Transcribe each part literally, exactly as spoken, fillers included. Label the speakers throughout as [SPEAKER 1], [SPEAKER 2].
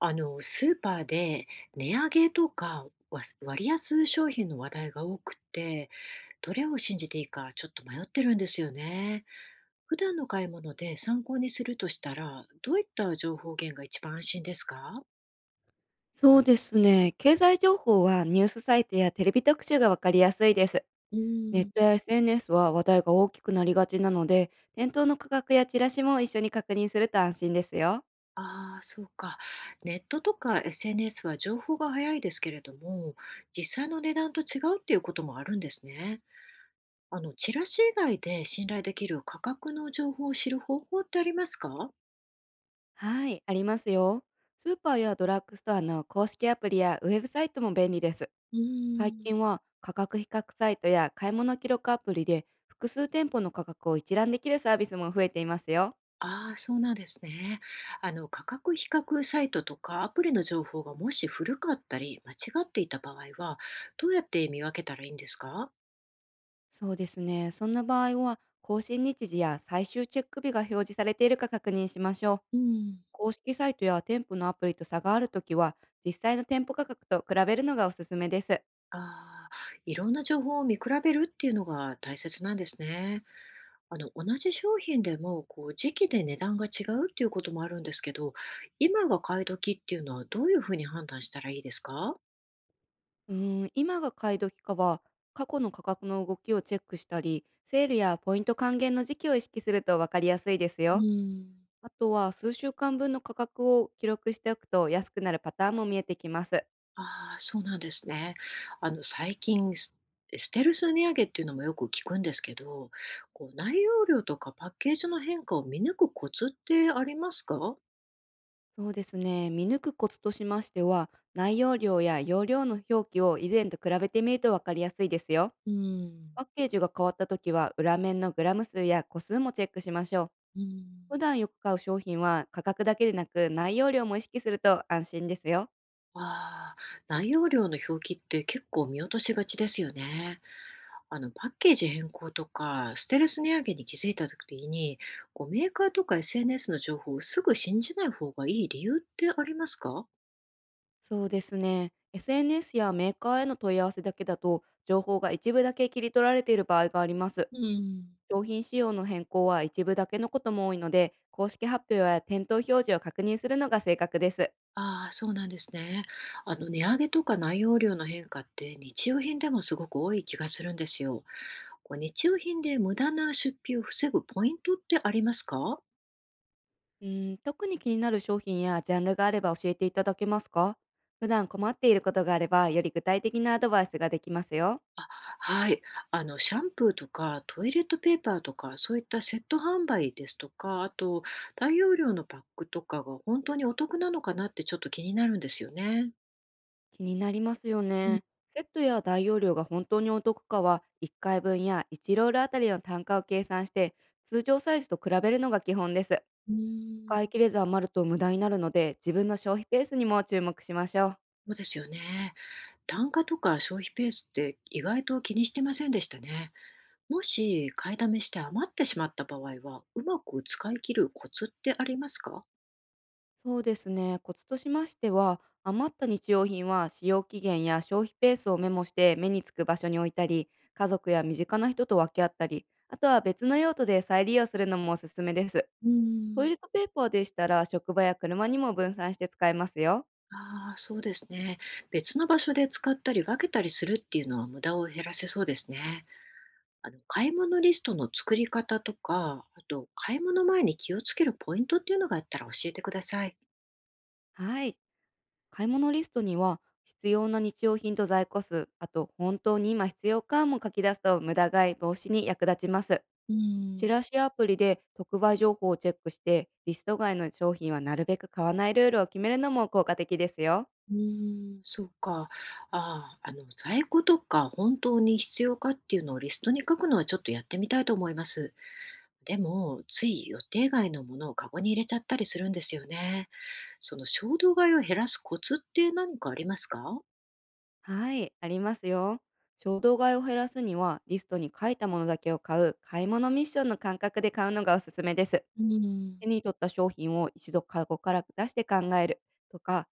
[SPEAKER 1] あの、スーパーで値上げとか、わす割安商品の話題が多くて、どれを信じていいかちょっと迷ってるんですよね。普段の買い物で参考にするとしたら、どういった情報源が一番安心ですか？
[SPEAKER 2] そうですね。経済情報はニュースサイトやテレビ特集がわかりやすいです。
[SPEAKER 1] う
[SPEAKER 2] ネッ
[SPEAKER 1] ん。
[SPEAKER 2] トや エスエヌエス は話題が大きくなりがちなので、店頭の価格やチラシも一緒に確認すると安心ですよ。
[SPEAKER 1] ああ、そうか。ネットとか エスエヌエス は情報が早いですけれども、実際の値段と違うっていうこともあるんですね。あの、チラシ以外で信頼できる価格の情報を知る方法ってありますか？
[SPEAKER 2] はい、ありますよ。スーパーやドラッグストアの公式アプリやウェブサイトも便利です。
[SPEAKER 1] う
[SPEAKER 2] 最
[SPEAKER 1] ーん。
[SPEAKER 2] 近は価格比較サイトや買い物記録アプリで複数店舗の価格を一覧できるサービスも増えていますよ。
[SPEAKER 1] ああ、そうなんですね。あの、価格比較サイトとかアプリの情報がもし古かったり間違っていた場合は、どうやって見分けたらいいんですか？
[SPEAKER 2] そうですね。そんな場合は、更新日時や最終チェック日が表示されているか確認しましょう。
[SPEAKER 1] うん。
[SPEAKER 2] 公式サイトや店舗のアプリと差があるときは、実際の店舗価格と比べるのがおすすめです。
[SPEAKER 1] ああ、いろんな情報を見比べるっていうのが大切なんですね。あの、同じ商品でも、こう、時期で値段が違うっていうこともあるんですけど、今が買い時っていうのはどういうふうに判断したらいいですか？
[SPEAKER 2] うーん、今が買い時かは、過去の価格の動きをチェックしたり、セールやポイント還元の時期を意識すると分かりやすいです
[SPEAKER 1] う
[SPEAKER 2] よ。
[SPEAKER 1] ん。
[SPEAKER 2] あとは、数週間分の価格を記録しておくと安くなるパターンも見えてきます。
[SPEAKER 1] ああ、そうなんですね。あの、最近、スステルス値上げっていうのもよく聞くんですけど、こう、内容量とかパッケージの変化を見抜くコツってありますか？
[SPEAKER 2] そうですね。見抜くコツとしましては、内容量や容量の表記を以前と比べてみるとわかりやすいですよ。
[SPEAKER 1] うん。
[SPEAKER 2] パッケージが変わった時は、裏面のグラム数や個数もチェックしましょう。
[SPEAKER 1] う
[SPEAKER 2] 普
[SPEAKER 1] ん。
[SPEAKER 2] 段よく買う商品は価格だけでなく内容量も意識すると安心ですよ。
[SPEAKER 1] ああ、内容量の表記って結構見落としがちですよね。あの、パッケージ変更とか、ステルス値上げに気づいた時に、こう、メーカーとか エスエヌエス の情報をすぐ信じない方がいい理由ってありますか？
[SPEAKER 2] そうですね。エスエヌエス やメーカーへの問い合わせだけだと、情報が一部だけ切り取られている場合があります。
[SPEAKER 1] うん。
[SPEAKER 2] 商品仕様の変更は一部だけのことも多いので、公式発表や店頭表示を確認するのが正確です。
[SPEAKER 1] ああ、そうなんですね。あの、値上げとか内容量の変化って日用品でもすごく多い気がするんですよ。こう日用品で無駄な出費を防ぐポイントってありますか？
[SPEAKER 2] うーん、特に気になる商品やジャンルがあれば教えていただけますか？普段困っていることがあれば、より具体的なアドバイスができますよ。
[SPEAKER 1] あ、はい。あの、シャンプーとかトイレットペーパーとか、そういったセット販売ですとか、あと、大容量のパックとかが本当にお得なのかなってちょっと気になるんですよね。
[SPEAKER 2] 気になりますよ
[SPEAKER 1] うん、
[SPEAKER 2] ね。セットや大容量が本当にお得かは、いっかいぶんやいちロールあたりの単価を計算して、通常サイズと比べるのが基本です。
[SPEAKER 1] う
[SPEAKER 2] 使
[SPEAKER 1] ん。
[SPEAKER 2] い切れず余ると無駄になるので、自分の消費ペースにも注目しましょう。
[SPEAKER 1] そうですよね。単価とか消費ペースって意外と気にしてませんでしたね。もし買いだめして余ってしまった場合は、うまく使い切るコツってありますか？
[SPEAKER 2] そうですね。コツとしましては、余った日用品は使用期限や消費ペースをメモして目につく場所に置いたり、家族や身近な人と分け合ったり、あとは別の用途で再利用するのもおすすめです。
[SPEAKER 1] うー
[SPEAKER 2] トイレ
[SPEAKER 1] ん。
[SPEAKER 2] ットペーパーでしたら職場や車にも分散して使えますよ。
[SPEAKER 1] ああー、そうですね。別の場所で使ったり分けたりするっていうのは無駄を減らせそうですね。あの、買い物リストの作り方とか、あと買い物前に気をつけるポイントっていうのがあったら教えてください。
[SPEAKER 2] はい。買い物リストには必要な日用品と在庫数、あと本当に今必要かも書き出すと無駄買い防止に役立ちます。
[SPEAKER 1] うー
[SPEAKER 2] チ
[SPEAKER 1] ん。
[SPEAKER 2] ラシアプリで特売情報をチェックして、リスト外の商品はなるべく買わないルールを決めるのも効果的ですよ。
[SPEAKER 1] うーん、そうか。ああ、あの、在庫とか本当に必要かっていうのをリストに書くのはちょっとやってみたいと思います。でも、つい予定外のものをカゴに入れちゃったりするんですよね。その衝動買いを減らすコツって何かありますか？
[SPEAKER 2] はい、ありますよ。衝動買いを減らすには、リストに書いたものだけを買う買い物ミッションの感覚で買うのがおすすめです。
[SPEAKER 1] う
[SPEAKER 2] 手
[SPEAKER 1] ん。
[SPEAKER 2] に取った商品を一度カゴから出して考えるとか、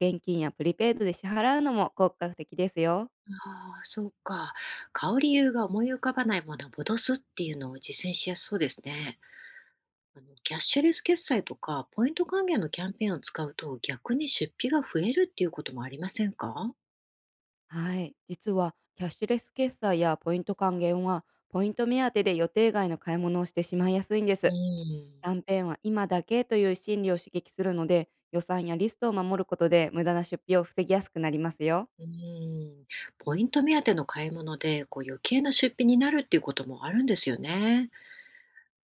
[SPEAKER 2] 現金やプリペイドで支払うのも効果的ですよ。
[SPEAKER 1] ああ、そうか。買う理由が思い浮かばないものを戻すっていうのを実践しやすそうですね。あのキャッシュレス決済とかポイント還元のキャンペーンを使うと逆に出費が増えるっていうこともありませんか？
[SPEAKER 2] はい、実はキャッシュレス決済やポイント還元は、ポイント目当てで予定外の買い物をしてしまいやすいんで
[SPEAKER 1] う
[SPEAKER 2] す。
[SPEAKER 1] ん、
[SPEAKER 2] キャンペーンは今だけという心理を刺激するので、予算やリストを守ることで無駄な出費を防ぎやすくなりますよ。
[SPEAKER 1] うん。ポイント目当ての買い物でこう余計な出費になるっていうこともあるんですよね。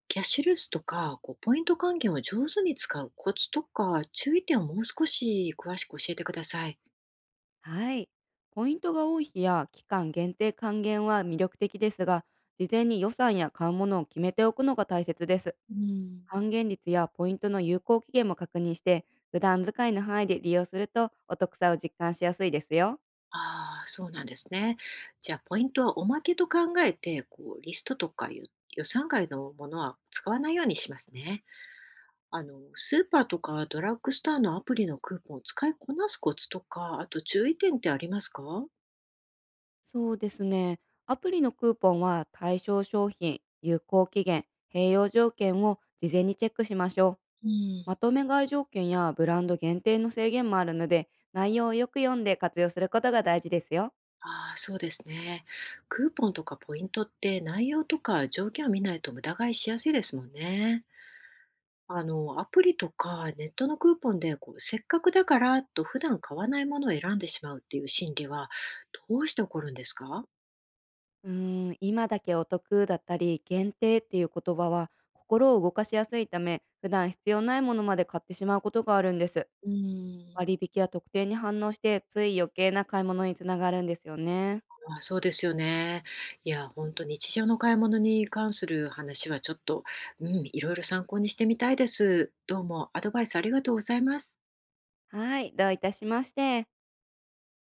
[SPEAKER 1] キャッシュレスとか、こうポイント還元を上手に使うコツとか、注意点をもう少し詳しく教えてください。
[SPEAKER 2] はい。ポイントが多い日や期間限定還元は魅力的ですが、事前に予算や買うものを決めておくのが大切です。
[SPEAKER 1] うん。
[SPEAKER 2] 還元率やポイントの有効期限も確認して、普段使いの範囲で利用するとお得さを実感しやすいですよ。
[SPEAKER 1] ああ、そうなんですね。じゃあ、ポイントはおまけと考えて、こうリストとか予予算外のものは使わないようにしますね。あの、スーパーとかドラッグストアのアプリのクーポンを使いこなすコツとか、あと注意点ってありますか？
[SPEAKER 2] そうですね。アプリのクーポンは対象商品、有効期限、併用条件を事前にチェックしましょう。
[SPEAKER 1] うん。
[SPEAKER 2] まとめ買い条件やブランド限定の制限もあるので、内容をよく読んで活用することが大事ですよ。
[SPEAKER 1] ああ、そうですね。クーポンとかポイントって内容とか条件を見ないと無駄買いしやすいですもんね。あの、アプリとかネットのクーポンでこう、せっかくだからと普段買わないものを選んでしまうっていう心理はどうして起こるんですか？
[SPEAKER 2] うーん、今だけお得だったり、限定っていう言葉は心を動かしやすいため、普段必要ないものまで買ってしまうことがあるんです。
[SPEAKER 1] うーん。
[SPEAKER 2] 割引や特典に反応して、つい余計な買い物につながるんですよね。
[SPEAKER 1] あ、そうですよね。いや、本当日常の買い物に関する話はちょっと、うん、いろいろ参考にしてみたいです。どうもアドバイスありがとうございます。
[SPEAKER 2] はい、どういたしまして。